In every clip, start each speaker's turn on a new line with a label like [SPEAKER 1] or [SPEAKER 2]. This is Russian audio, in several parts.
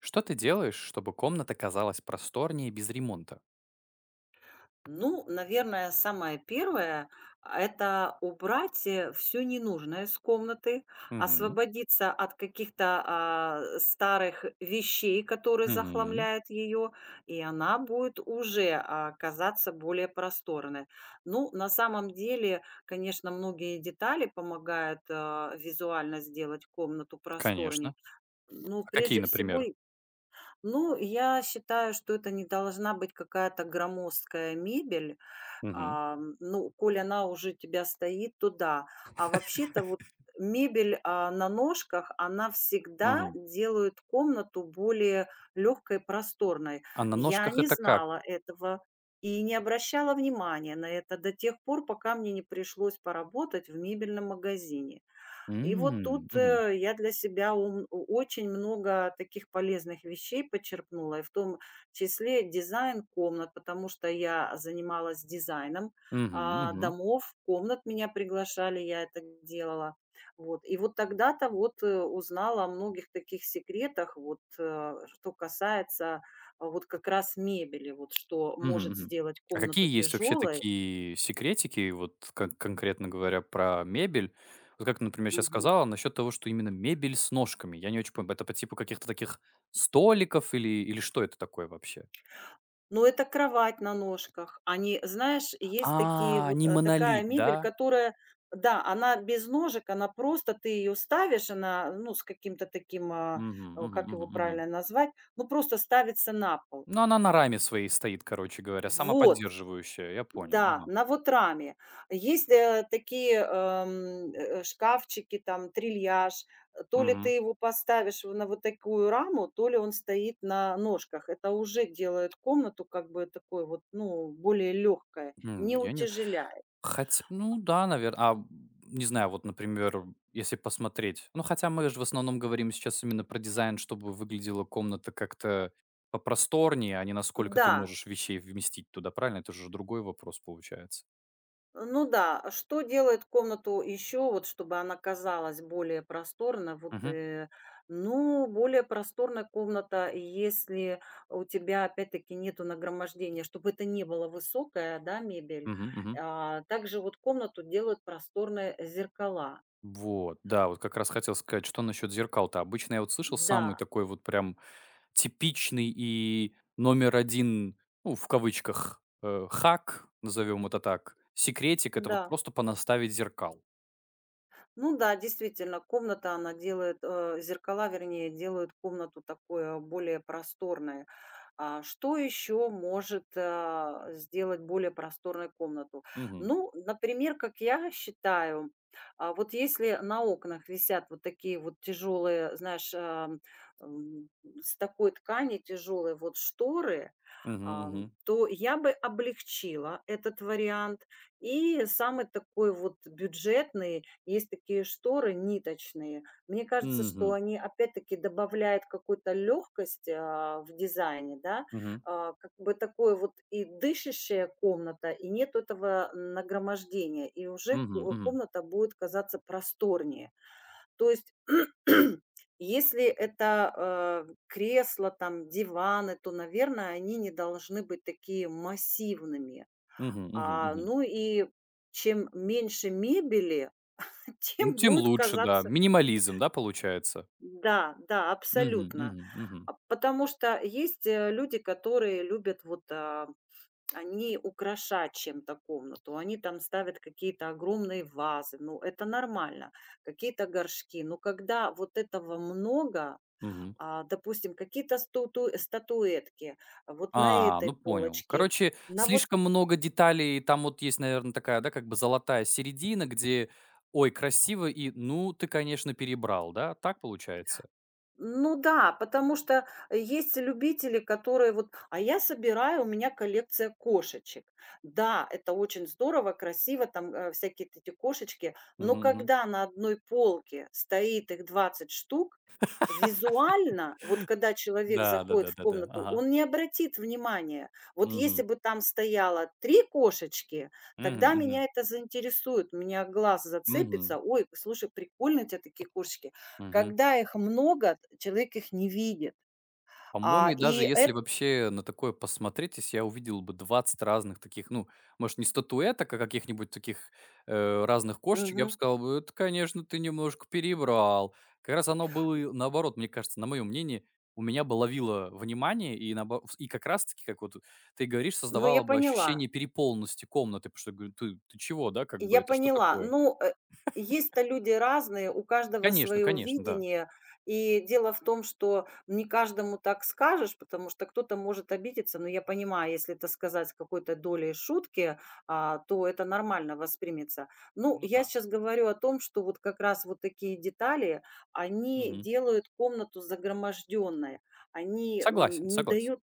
[SPEAKER 1] Что ты делаешь, чтобы комната казалась просторнее без ремонта?
[SPEAKER 2] Ну, наверное, самое первое- это убрать, все ненужное из комнаты,
[SPEAKER 1] Мгм.
[SPEAKER 2] освободиться от каких-то, старых вещей, которые
[SPEAKER 1] Мгм.
[SPEAKER 2] захламляют ее, и она будет уже, казаться более просторной. Ну, на самом деле, конечно, многие детали помогают, визуально сделать комнату
[SPEAKER 1] Конечно.
[SPEAKER 2] просторней. Ну,
[SPEAKER 1] А какие,
[SPEAKER 2] прежде всего,
[SPEAKER 1] например?
[SPEAKER 2] и ну, я считаю, что это не должна быть какая-то громоздкая мебель.
[SPEAKER 1] Мгм.
[SPEAKER 2] Ну, коль она уже у тебя стоит, то да. А вообще-то вот мебель, на ножках, она всегда
[SPEAKER 1] Мгм.
[SPEAKER 2] делает комнату более легкой, просторной.
[SPEAKER 1] А на
[SPEAKER 2] Я
[SPEAKER 1] ножках
[SPEAKER 2] не
[SPEAKER 1] это как?
[SPEAKER 2] знала этого и не обращала внимания на это до тех пор, пока мне не пришлось поработать в мебельном магазине. И вот тут,
[SPEAKER 1] М. Мгм.
[SPEAKER 2] я для себя ум о очень много таких полезных вещей почерпнула, и в том числе дизайн комнат, потому что я занималась дизайном,
[SPEAKER 1] Мгм. Мгм.
[SPEAKER 2] домов, комнат меня приглашали, я это делала. Вот. И вот тогда-то вот, узнала о многих таких секретах, вот, что касается, вот как раз мебели, вот что
[SPEAKER 1] Мгм.
[SPEAKER 2] может
[SPEAKER 1] Мгм.
[SPEAKER 2] сделать
[SPEAKER 1] А какие
[SPEAKER 2] комнату
[SPEAKER 1] есть вообще
[SPEAKER 2] тяжелой.
[SPEAKER 1] такие секретики, вот конкретно говоря про мебель? Вот как ты, например, сейчас сказала насчет того, что именно мебель с ножками. Я не очень понимаю, это по типу каких-то таких столиков или что это такое вообще?
[SPEAKER 2] Но это кровать на ножках. Они, знаешь, есть такие
[SPEAKER 1] А,
[SPEAKER 2] вот,
[SPEAKER 1] не
[SPEAKER 2] такая
[SPEAKER 1] монолит, да?
[SPEAKER 2] мебель, которая, да, она без ножек, она просто ты ее ставишь, она, ну, с каким-то таким,
[SPEAKER 1] Мгм. Мгм.
[SPEAKER 2] как
[SPEAKER 1] Мгм.
[SPEAKER 2] его
[SPEAKER 1] Мгм.
[SPEAKER 2] правильно назвать, ну, просто ставится на пол.
[SPEAKER 1] Ну, она на раме своей стоит, короче говоря,
[SPEAKER 2] Вот,
[SPEAKER 1] самоподдерживающая, я понял,
[SPEAKER 2] да,
[SPEAKER 1] ага.
[SPEAKER 2] на "Вотраме". Есть, э, такие, э, шкафчики, там трильяж. То ли ты
[SPEAKER 1] Мгм.
[SPEAKER 2] его поставишь в на вот такую раму, то ли он стоит на ножках. Это уже делает комнату как бы такой вот, ну, более лёгкой,
[SPEAKER 1] М,
[SPEAKER 2] не
[SPEAKER 1] я не,
[SPEAKER 2] утяжеляет.
[SPEAKER 1] хотя, ну да, наверное. Не знаю, вот, например, если посмотреть, ну, хотя мы же в основном говорим сейчас именно про дизайн, чтобы выглядела комната как-то попросторнее, а не насколько ты
[SPEAKER 2] Да.
[SPEAKER 1] можешь вещей вместить туда, правильно? Это же другой вопрос получается.
[SPEAKER 2] Ну да, а что делает комнату еще, вот чтобы она казалась более просторной? Вот,
[SPEAKER 1] Мгм,
[SPEAKER 2] ну, более просторная комната, если у тебя опять-таки нету нагромождения, чтобы это не было высокая, да, мебель.
[SPEAKER 1] мгм, мгм.
[SPEAKER 2] А, также вот комнату делают просторные зеркала.
[SPEAKER 1] Вот, да, вот как раз хотел сказать, что насчет зеркал-то. Обычно я вот слышал
[SPEAKER 2] Да,
[SPEAKER 1] самый такой вот прям типичный и номер один, ну, в кавычках, хак, назовем это так. Секретик — это вот
[SPEAKER 2] да.
[SPEAKER 1] просто понаставить зеркал.
[SPEAKER 2] Ну да, действительно, комната она делает, зеркала, вернее, делают комнату такой более просторной. А что еще может сделать более просторной комнату?
[SPEAKER 1] Мгм.
[SPEAKER 2] Ну, например, как я считаю, вот если на окнах висят вот такие вот тяжелые, знаешь, м, с такой ткани тяжелые вот шторы,
[SPEAKER 1] Мгм,
[SPEAKER 2] а,
[SPEAKER 1] мгм.
[SPEAKER 2] то я бы облегчила этот вариант и самый такой вот бюджетный, есть такие шторы ниточные. Мне кажется, что
[SPEAKER 1] Мгм.
[SPEAKER 2] они опять-таки добавляют какую-то легкость в дизайне, да.
[SPEAKER 1] Мгм.
[SPEAKER 2] А, как бы такое вот и дышащая комната, и нет этого нагромождения, и уже
[SPEAKER 1] Мгм, мгм.
[SPEAKER 2] комната будет казаться просторнее. То есть Если это кресла, там, диваны, то, наверное, они не должны быть такие массивными,
[SPEAKER 1] Мгм, мгм.
[SPEAKER 2] ну и чем меньше мебели,
[SPEAKER 1] Ну,
[SPEAKER 2] тем
[SPEAKER 1] тем
[SPEAKER 2] будет
[SPEAKER 1] лучше, да.
[SPEAKER 2] казаться.
[SPEAKER 1] Минимализм, да, получается?
[SPEAKER 2] Да, да,
[SPEAKER 1] Мгм,
[SPEAKER 2] абсолютно.
[SPEAKER 1] мгм, мгм,
[SPEAKER 2] А потому что есть, люди, которые любят вот, они украшать чем-то комнату. Они там ставят какие-то огромные вазы, ну, это нормально, какие-то горшки. Но когда вот этого много,
[SPEAKER 1] мгм.
[SPEAKER 2] допустим, какие-то статуэтки, а вот на
[SPEAKER 1] А, ну
[SPEAKER 2] этой
[SPEAKER 1] понял.
[SPEAKER 2] полочке,
[SPEAKER 1] Короче,
[SPEAKER 2] на вот.
[SPEAKER 1] слишком много деталей. Там вот есть, наверное, такая, да, как бы золотая середина, где: «Ой, красиво» и «Ну, ты, конечно, перебрал». Да, так получается?
[SPEAKER 2] Ну да, потому что есть любители, которые вот: "А я собираю, у меня коллекция кошечек". Да, это очень здорово, красиво, там, всякие эти кошечки, но
[SPEAKER 1] Мгм, мгм.
[SPEAKER 2] когда на одной полке стоит их 20 штук, визуально, вот когда человек
[SPEAKER 1] Да,
[SPEAKER 2] заходит в
[SPEAKER 1] да-да-да-да.
[SPEAKER 2] комнату,
[SPEAKER 1] Ага.
[SPEAKER 2] он не обратит внимания. Вот если
[SPEAKER 1] Мгм.
[SPEAKER 2] бы там стояло 3 кошечки,
[SPEAKER 1] Мгм,
[SPEAKER 2] тогда
[SPEAKER 1] мгм.
[SPEAKER 2] меня это заинтересует, у меня глаз
[SPEAKER 1] Мгм,
[SPEAKER 2] зацепится: "Ой, слушай, прикольно у тя такие кошечки".
[SPEAKER 1] мгм.
[SPEAKER 2] Когда их много, человек их не видит.
[SPEAKER 1] По-моему,
[SPEAKER 2] А,
[SPEAKER 1] и даже
[SPEAKER 2] и
[SPEAKER 1] если
[SPEAKER 2] это,
[SPEAKER 1] вообще на такое посмотреть, если я увидел бы 20 разных таких, ну, может, не статуэток, а каких-нибудь таких, разных кошечек, я бы
[SPEAKER 2] мгм.
[SPEAKER 1] сказал бы: «Это, конечно, ты немножко перебрал». Как раз оно было и наоборот, мне кажется, на моем мнении, у меня бы ловило внимание и наобо и как раз таки, как вот ты говоришь,
[SPEAKER 2] Ну, я
[SPEAKER 1] создавало бы
[SPEAKER 2] поняла.
[SPEAKER 1] ощущение переполненности комнаты, потому что я говорю: "Ты чего, да, как бы
[SPEAKER 2] Я
[SPEAKER 1] это что
[SPEAKER 2] поняла.
[SPEAKER 1] такое?»
[SPEAKER 2] Ну, есть-то люди разные, у каждого
[SPEAKER 1] Конечно,
[SPEAKER 2] свое
[SPEAKER 1] конечно, да.
[SPEAKER 2] видение. И дело в том, что не каждому так скажешь, потому что кто-то может обидеться. Но я понимаю, если это сказать с какой-то долей шутки, то это нормально воспримется. Ну,
[SPEAKER 1] Ну
[SPEAKER 2] я
[SPEAKER 1] да.
[SPEAKER 2] сейчас говорю о том, что вот как раз вот такие детали, они
[SPEAKER 1] Мгм.
[SPEAKER 2] делают комнату загроможденной. Они
[SPEAKER 1] Согласен,
[SPEAKER 2] не
[SPEAKER 1] согласен.
[SPEAKER 2] дают,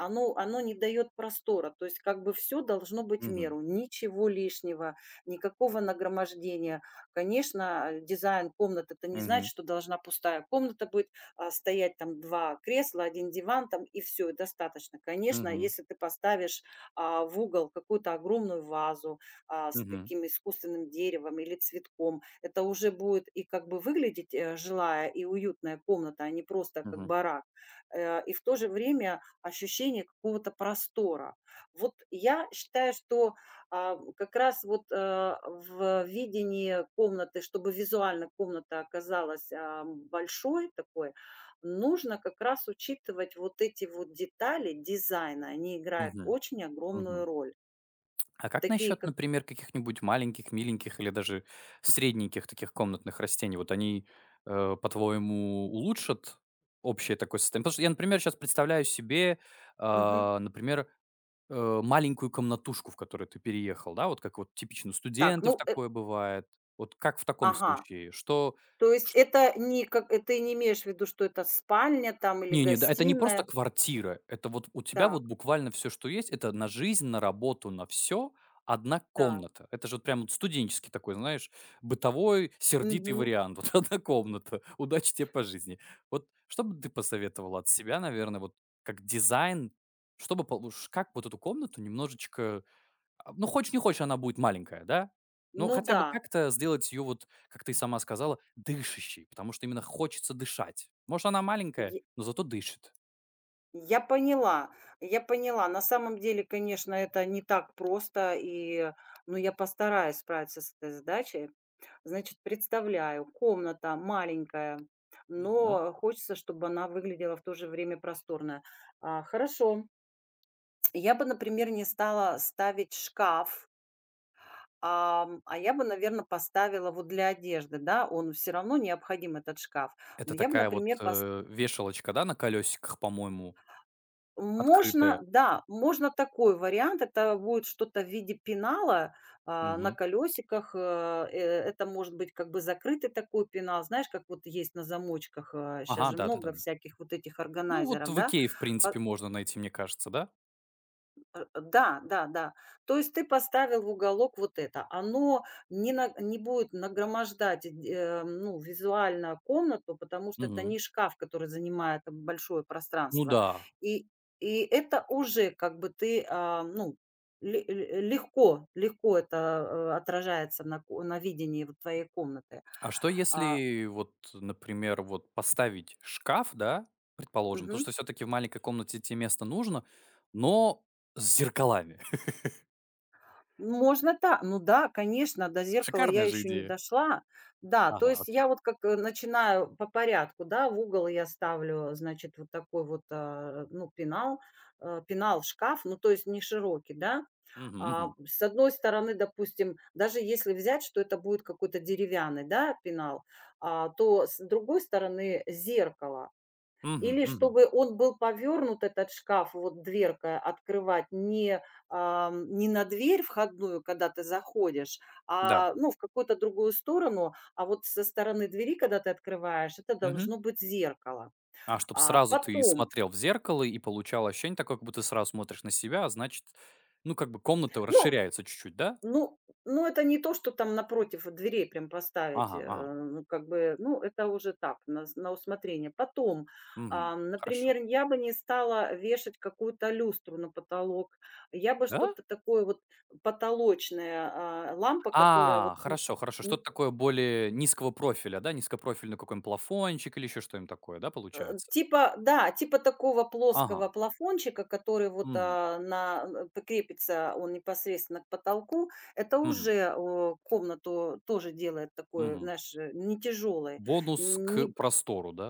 [SPEAKER 2] оно не дает простора. То есть как бы все должно быть в
[SPEAKER 1] Мгм.
[SPEAKER 2] меру. Ничего лишнего, никакого нагромождения. Конечно, дизайн комнаты- это не значит,
[SPEAKER 1] Мгм.
[SPEAKER 2] что должна пустая комната быть, стоять там 2 кресла, 1 диван там и все и достаточно. Конечно,
[SPEAKER 1] Мгм.
[SPEAKER 2] если ты поставишь, в угол какую-то огромную вазу, с
[SPEAKER 1] Мгм.
[SPEAKER 2] таким искусственным деревом или цветком, это уже будет и как бы выглядеть, жилая и уютная комната, а не просто как
[SPEAKER 1] Мгм.
[SPEAKER 2] барак. И в то же время ощущение какого-то простора. Вот я считаю, что как раз вот в видении комнаты, чтобы визуально комната оказалась большой такой, нужно как раз учитывать вот эти вот детали дизайна. Они играют
[SPEAKER 1] Мгм.
[SPEAKER 2] очень огромную
[SPEAKER 1] Мгм.
[SPEAKER 2] роль.
[SPEAKER 1] А как
[SPEAKER 2] Такие
[SPEAKER 1] насчет,
[SPEAKER 2] как...
[SPEAKER 1] например, каких-нибудь маленьких, миленьких или даже средненьких таких комнатных растений? Вот они, по-твоему, улучшат общее такое состояние? Потому что я, например, сейчас представляю себе,
[SPEAKER 2] Мгм.
[SPEAKER 1] например, маленькую комнатушку, в которую ты переехал, да, вот как вот типично у
[SPEAKER 2] Так,
[SPEAKER 1] студентов
[SPEAKER 2] ну,
[SPEAKER 1] такое бывает. Вот как в таком
[SPEAKER 2] ага.
[SPEAKER 1] случае? Что
[SPEAKER 2] То есть это не как... Ты не имеешь в виду, что это спальня там или
[SPEAKER 1] Не, да, это не просто
[SPEAKER 2] гостиная?
[SPEAKER 1] квартира. Это вот у тебя вот
[SPEAKER 2] Так,
[SPEAKER 1] буквально все, что есть, это на жизнь, на работу, на все одна
[SPEAKER 2] так.
[SPEAKER 1] комната. Это же вот прям вот студенческий такой, знаешь, бытовой сердитый
[SPEAKER 2] Мгм.
[SPEAKER 1] вариант. Вот одна комната. Удачи тебе по жизни. Вот что бы ты посоветовал от себя, наверное, вот как дизайн? Чтобы получ как вот эту комнату немножечко ну, хочешь не хочешь, она будет маленькая, да? Ну,
[SPEAKER 2] Ну
[SPEAKER 1] хотя бы
[SPEAKER 2] да.
[SPEAKER 1] как-то сделать ее, вот, как ты сама сказала, дышащей, потому что именно хочется дышать. Может, она маленькая, но зато дышит.
[SPEAKER 2] Я поняла, я поняла. На самом деле, конечно, это не так просто, и, но я постараюсь справиться с этой задачей. Значит, представляю, комната маленькая,
[SPEAKER 1] Мгм.
[SPEAKER 2] но хочется, чтобы она выглядела в то же время просторная. А, хорошо. Я бы, например, не стала ставить шкаф, а я бы, наверное, поставила вот для одежды, да, он все равно необходим, этот шкаф.
[SPEAKER 1] Это
[SPEAKER 2] Но я бы,
[SPEAKER 1] такая вот,
[SPEAKER 2] например,
[SPEAKER 1] вешалочка, да, на колесиках, по-моему,
[SPEAKER 2] можно,
[SPEAKER 1] открытая.
[SPEAKER 2] да, можно такой вариант. Это будет что-то в виде пенала, на
[SPEAKER 1] Мгм.
[SPEAKER 2] колесиках. Э, Это может быть как бы закрытый такой пенал, знаешь, как вот есть на замочках. Сейчас
[SPEAKER 1] Ага,
[SPEAKER 2] же
[SPEAKER 1] да да да
[SPEAKER 2] много
[SPEAKER 1] да.
[SPEAKER 2] всяких вот этих
[SPEAKER 1] Ну, вот
[SPEAKER 2] органайзеров,
[SPEAKER 1] в
[SPEAKER 2] да.
[SPEAKER 1] «Икее», в
[SPEAKER 2] А,
[SPEAKER 1] принципе, можно найти, мне кажется, да?
[SPEAKER 2] Да, да, да. То есть ты поставил в уголок вот это. Оно не на не будет нагромождать, ну, визуально комнату, потому что это
[SPEAKER 1] Мгм.
[SPEAKER 2] не шкаф, который занимает там большое
[SPEAKER 1] Ну
[SPEAKER 2] пространство.
[SPEAKER 1] да.
[SPEAKER 2] И и это уже как бы ты, ну, ле ле легко легко это, отражается на видении вот твоей комнаты.
[SPEAKER 1] А что
[SPEAKER 2] А,
[SPEAKER 1] если вот, например, вот поставить шкаф, да, предположим, потому
[SPEAKER 2] мгм.
[SPEAKER 1] что все-таки в маленькой комнате тебе место нужно, но с зеркалами.
[SPEAKER 2] Можно та ну да, конечно, до зеркала
[SPEAKER 1] Шикарная
[SPEAKER 2] я
[SPEAKER 1] же
[SPEAKER 2] еще не
[SPEAKER 1] идея.
[SPEAKER 2] дошла. Да, то
[SPEAKER 1] Ага,
[SPEAKER 2] есть
[SPEAKER 1] окей.
[SPEAKER 2] я вот как, начинаю по порядку, да, в угол я ставлю, значит, вот такой вот, ну, пенал, пенал, шкаф, ну, то есть не широкий, да.
[SPEAKER 1] Мгм,
[SPEAKER 2] А,
[SPEAKER 1] мгм,
[SPEAKER 2] с одной стороны, допустим, даже если взять, что это будет какой-то деревянный, да, пенал, то с другой стороны зеркало.
[SPEAKER 1] мгм,
[SPEAKER 2] Или
[SPEAKER 1] мгм.
[SPEAKER 2] чтобы он был повернут, этот шкаф, вот дверка открывать не, не на дверь входную, когда ты заходишь,
[SPEAKER 1] Да.
[SPEAKER 2] ну, в какую-то другую сторону, а вот со стороны двери, когда ты открываешь, это
[SPEAKER 1] Мгм.
[SPEAKER 2] должно быть зеркало.
[SPEAKER 1] А чтобы
[SPEAKER 2] А
[SPEAKER 1] сразу ты
[SPEAKER 2] потом,
[SPEAKER 1] смотрел в зеркало и получал ощущение такое, как будто ты сразу смотришь на себя, а значит, ну, как бы комната
[SPEAKER 2] ну,
[SPEAKER 1] расширяется чуть-чуть, да?
[SPEAKER 2] ну ну, это не то, что там напротив дверей прям поставить,
[SPEAKER 1] Ага, ага.
[SPEAKER 2] ну, как бы, ну, это уже так, на усмотрение. Потом,
[SPEAKER 1] Мгм. Хорошо.
[SPEAKER 2] например, я бы не стала вешать какую-то люстру на потолок. Я бы
[SPEAKER 1] Да?
[SPEAKER 2] что-то такое вот потолочное, лампа, которая
[SPEAKER 1] А,
[SPEAKER 2] вот не
[SPEAKER 1] хорошо, хорошо. Что-то
[SPEAKER 2] не
[SPEAKER 1] такое более низкого профиля, да? Низкопрофильный какой-нибудь плафончик или еще что-нибудь такое, да, получается?
[SPEAKER 2] типа, да, типа такого плоского
[SPEAKER 1] Ага.
[SPEAKER 2] плафончика, который вот,
[SPEAKER 1] Мгм.
[SPEAKER 2] а, на н прикрепится он непосредственно к потолку. Это
[SPEAKER 1] Мгм.
[SPEAKER 2] уже, о, комнату тоже делает такой,
[SPEAKER 1] Мгм.
[SPEAKER 2] знаешь, не тяжелой.
[SPEAKER 1] Бонус к
[SPEAKER 2] Не
[SPEAKER 1] простору, да?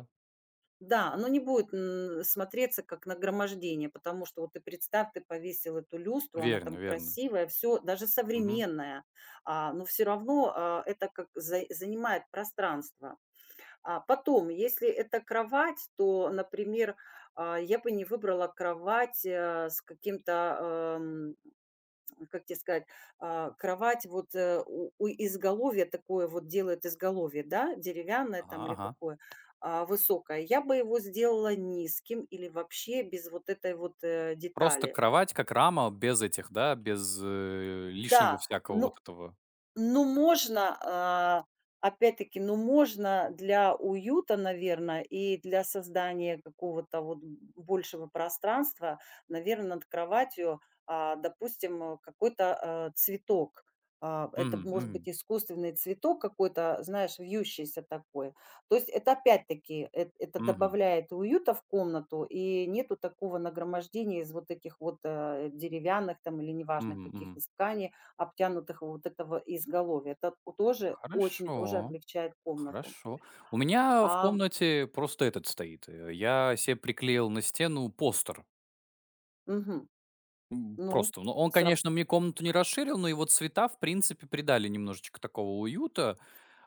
[SPEAKER 2] да, оно не будет, смотреться как нагромождение, потому что вот ты представь, ты повесил эту люстру, она
[SPEAKER 1] Верно,
[SPEAKER 2] там
[SPEAKER 1] верно.
[SPEAKER 2] красивая, все даже
[SPEAKER 1] Мгм.
[SPEAKER 2] современная, но все равно, это как за занимает пространство. А потом, если это кровать, то, например, я бы не выбрала кровать, с каким-то, как тебе сказать, кровать вот, у изголовья такое вот делает изголовье, да, деревянное
[SPEAKER 1] Ага,
[SPEAKER 2] там или
[SPEAKER 1] ага.
[SPEAKER 2] какое, высокое. Я бы его сделала низким или вообще без вот этой вот,
[SPEAKER 1] Просто
[SPEAKER 2] детали.
[SPEAKER 1] кровать как рама, без этих, да, без лишнего
[SPEAKER 2] Да,
[SPEAKER 1] всякого вот
[SPEAKER 2] ну
[SPEAKER 1] этого.
[SPEAKER 2] ну, можно, опять-таки, ну, можно для уюта, наверное, и для создания какого-то вот большего пространства, наверное, над кроватью, допустим, какой-то, цветок. А, это
[SPEAKER 1] Мгм,
[SPEAKER 2] может
[SPEAKER 1] мгм,
[SPEAKER 2] быть искусственный цветок какой-то, знаешь, вьющийся такой. То есть это опять-таки, эт это
[SPEAKER 1] мгм,
[SPEAKER 2] добавляет уюта в комнату, и нету такого нагромождения из вот этих вот, деревянных там или неважно
[SPEAKER 1] мгм,
[SPEAKER 2] каких
[SPEAKER 1] мгм.
[SPEAKER 2] из тканей обтянутых вот этого изголовья. Это у тоже очень тоже
[SPEAKER 1] Хорошо,
[SPEAKER 2] облегчает комнату.
[SPEAKER 1] хорошо. У меня в
[SPEAKER 2] А,
[SPEAKER 1] комнате просто этот стоит. Я себе приклеил на стену постер.
[SPEAKER 2] мгм, ну,
[SPEAKER 1] Просто. Ну, он,
[SPEAKER 2] срап
[SPEAKER 1] конечно, мне комнату не расширил, но его цвета, в принципе, придали немножечко такого уюта.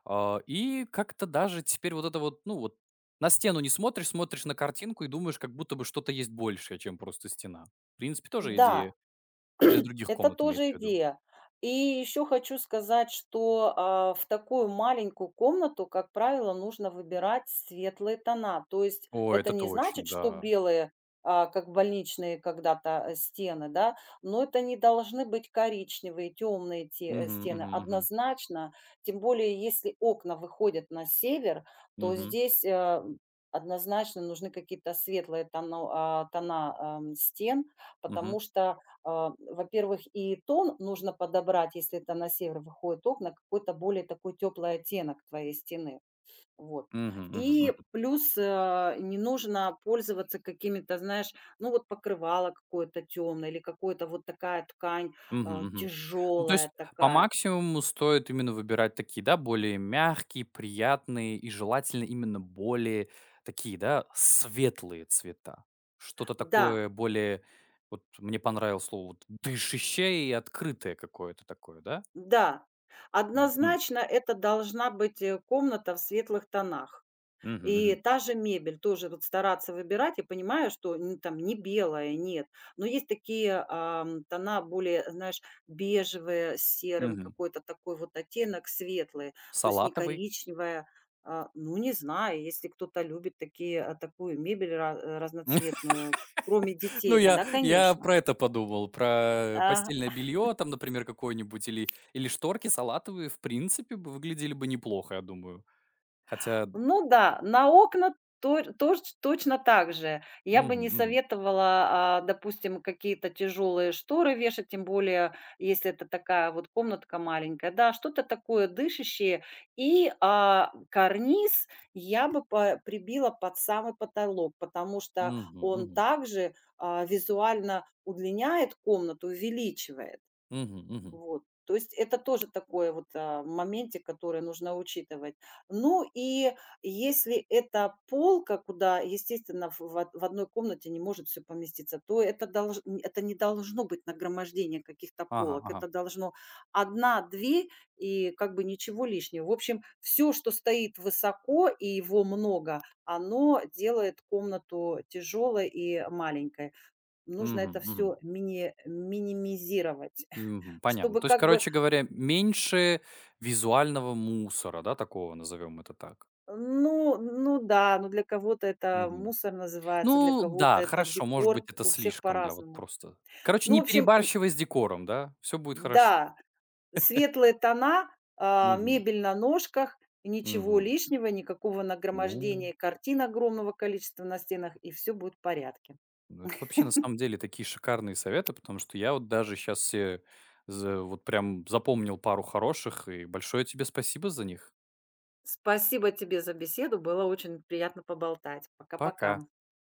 [SPEAKER 1] А, и как-то даже теперь вот это вот, ну вот, на стену не смотришь, смотришь на картинку и думаешь, как будто бы что-то есть большее, чем просто стена. В принципе, тоже идея
[SPEAKER 2] да.
[SPEAKER 1] для других
[SPEAKER 2] Это
[SPEAKER 1] комнат имеется
[SPEAKER 2] тоже
[SPEAKER 1] в виду.
[SPEAKER 2] идея. И еще хочу сказать, что, в такую маленькую комнату, как правило, нужно выбирать светлые тона. То есть
[SPEAKER 1] О,
[SPEAKER 2] это
[SPEAKER 1] это
[SPEAKER 2] не
[SPEAKER 1] точно,
[SPEAKER 2] значит, что
[SPEAKER 1] да.
[SPEAKER 2] белые, как больничные когда-то, стены, да, но это не должны быть коричневые, темные те,
[SPEAKER 1] Мгм,
[SPEAKER 2] стены
[SPEAKER 1] мгм, мгм.
[SPEAKER 2] однозначно. Тем более, если окна выходят на север, то
[SPEAKER 1] Мгм,
[SPEAKER 2] здесь, однозначно нужны какие-то светлые тоно тона, стен,
[SPEAKER 1] мгм.
[SPEAKER 2] потому что во-первых, и тон нужно подобрать, если это на север выходит окна, какой-то более такой теплый оттенок твоей стены. Вот.
[SPEAKER 1] Мгм, мгм, мгм.
[SPEAKER 2] И плюс не нужно пользоваться какими-то, знаешь, ну вот покрывало какое-то темное или какое-то вот такая ткань
[SPEAKER 1] Мгм, мгм. Ну, то
[SPEAKER 2] тяжелая
[SPEAKER 1] есть по
[SPEAKER 2] такая.
[SPEAKER 1] максимуму стоит именно выбирать такие, да, более мягкие, приятные и желательно именно более такие, да, светлые цвета. Что-то
[SPEAKER 2] Да,
[SPEAKER 1] такое более, вот мне понравилось слово, вот дышащее и открытое какое-то такое, да?
[SPEAKER 2] да,
[SPEAKER 1] Мгм.
[SPEAKER 2] однозначно это должна быть комната в светлых тонах.
[SPEAKER 1] Мгм,
[SPEAKER 2] И
[SPEAKER 1] мгм,
[SPEAKER 2] та же мебель, тоже вот стараться выбирать. Я понимаю, что н там не белая, нет, но есть такие, тона более, знаешь, бежевые с серым,
[SPEAKER 1] мгм.
[SPEAKER 2] какой-то такой вот оттенок светлый, то есть не
[SPEAKER 1] Салатовый?
[SPEAKER 2] коричневая. А, ну, не знаю, если кто-то любит такие, такую мебель разноцветную, кроме
[SPEAKER 1] Ну,
[SPEAKER 2] детей,
[SPEAKER 1] я
[SPEAKER 2] тогда,
[SPEAKER 1] я
[SPEAKER 2] конечно.
[SPEAKER 1] про это подумал, про
[SPEAKER 2] Ага.
[SPEAKER 1] постельное белье там, например, какое-нибудь или шторки салатовые, в принципе, бы выглядели бы неплохо, я думаю. Хотя
[SPEAKER 2] Ну да, на окна то тож точно так же. Я бы
[SPEAKER 1] Мгм,
[SPEAKER 2] не
[SPEAKER 1] мгм,
[SPEAKER 2] советовала, допустим, какие-то тяжелые шторы вешать, тем более, если это такая вот комнатка маленькая. Да, что-то такое дышащее. И, карниз я бы па прибила под самый потолок, потому что
[SPEAKER 1] мгм,
[SPEAKER 2] он
[SPEAKER 1] мгм,
[SPEAKER 2] также, визуально удлиняет комнату, увеличивает.
[SPEAKER 1] мгм, мгм.
[SPEAKER 2] Вот. То есть это тоже такой вот моментик, который нужно учитывать. Ну и если это полка, куда, естественно, в одной комнате не может все поместиться, то это, это не должно быть нагромождение каких-то
[SPEAKER 1] Ага,
[SPEAKER 2] полок.
[SPEAKER 1] ага.
[SPEAKER 2] Это должно одна-две и как бы ничего лишнего. В общем, все, что стоит высоко и его много, оно делает комнату тяжелой и маленькой. Нужно
[SPEAKER 1] Мгм,
[SPEAKER 2] это
[SPEAKER 1] мгм,
[SPEAKER 2] все минимизировать.
[SPEAKER 1] мгм. Понятно.
[SPEAKER 2] Чтобы
[SPEAKER 1] То есть,
[SPEAKER 2] как бы,
[SPEAKER 1] короче говоря, меньше визуального мусора, да, такого, назовем это так.
[SPEAKER 2] ну ну да, ну для кого-то это
[SPEAKER 1] Мгм.
[SPEAKER 2] мусор называется, для
[SPEAKER 1] Ну
[SPEAKER 2] кого-то
[SPEAKER 1] да,
[SPEAKER 2] это
[SPEAKER 1] хорошо, может
[SPEAKER 2] декор,
[SPEAKER 1] быть, это
[SPEAKER 2] у всех
[SPEAKER 1] слишком, да, вот
[SPEAKER 2] по-разному.
[SPEAKER 1] просто. Короче,
[SPEAKER 2] Ну,
[SPEAKER 1] не
[SPEAKER 2] в общем,
[SPEAKER 1] перебарщивай с декором, да, все будет хорошо.
[SPEAKER 2] да, светлые тона,
[SPEAKER 1] Мгм,
[SPEAKER 2] мебель на ножках, ничего
[SPEAKER 1] мгм.
[SPEAKER 2] лишнего, никакого
[SPEAKER 1] Ну,
[SPEAKER 2] нагромождения картин огромного количества на стенах, и все будет в порядке.
[SPEAKER 1] ну это вообще на самом деле такие шикарные советы, потому что я вот даже сейчас все вот прям запомнил пару хороших, и большое тебе спасибо за них.
[SPEAKER 2] Спасибо тебе за беседу, было очень приятно поболтать.
[SPEAKER 1] Пока.
[SPEAKER 2] Пока-пока.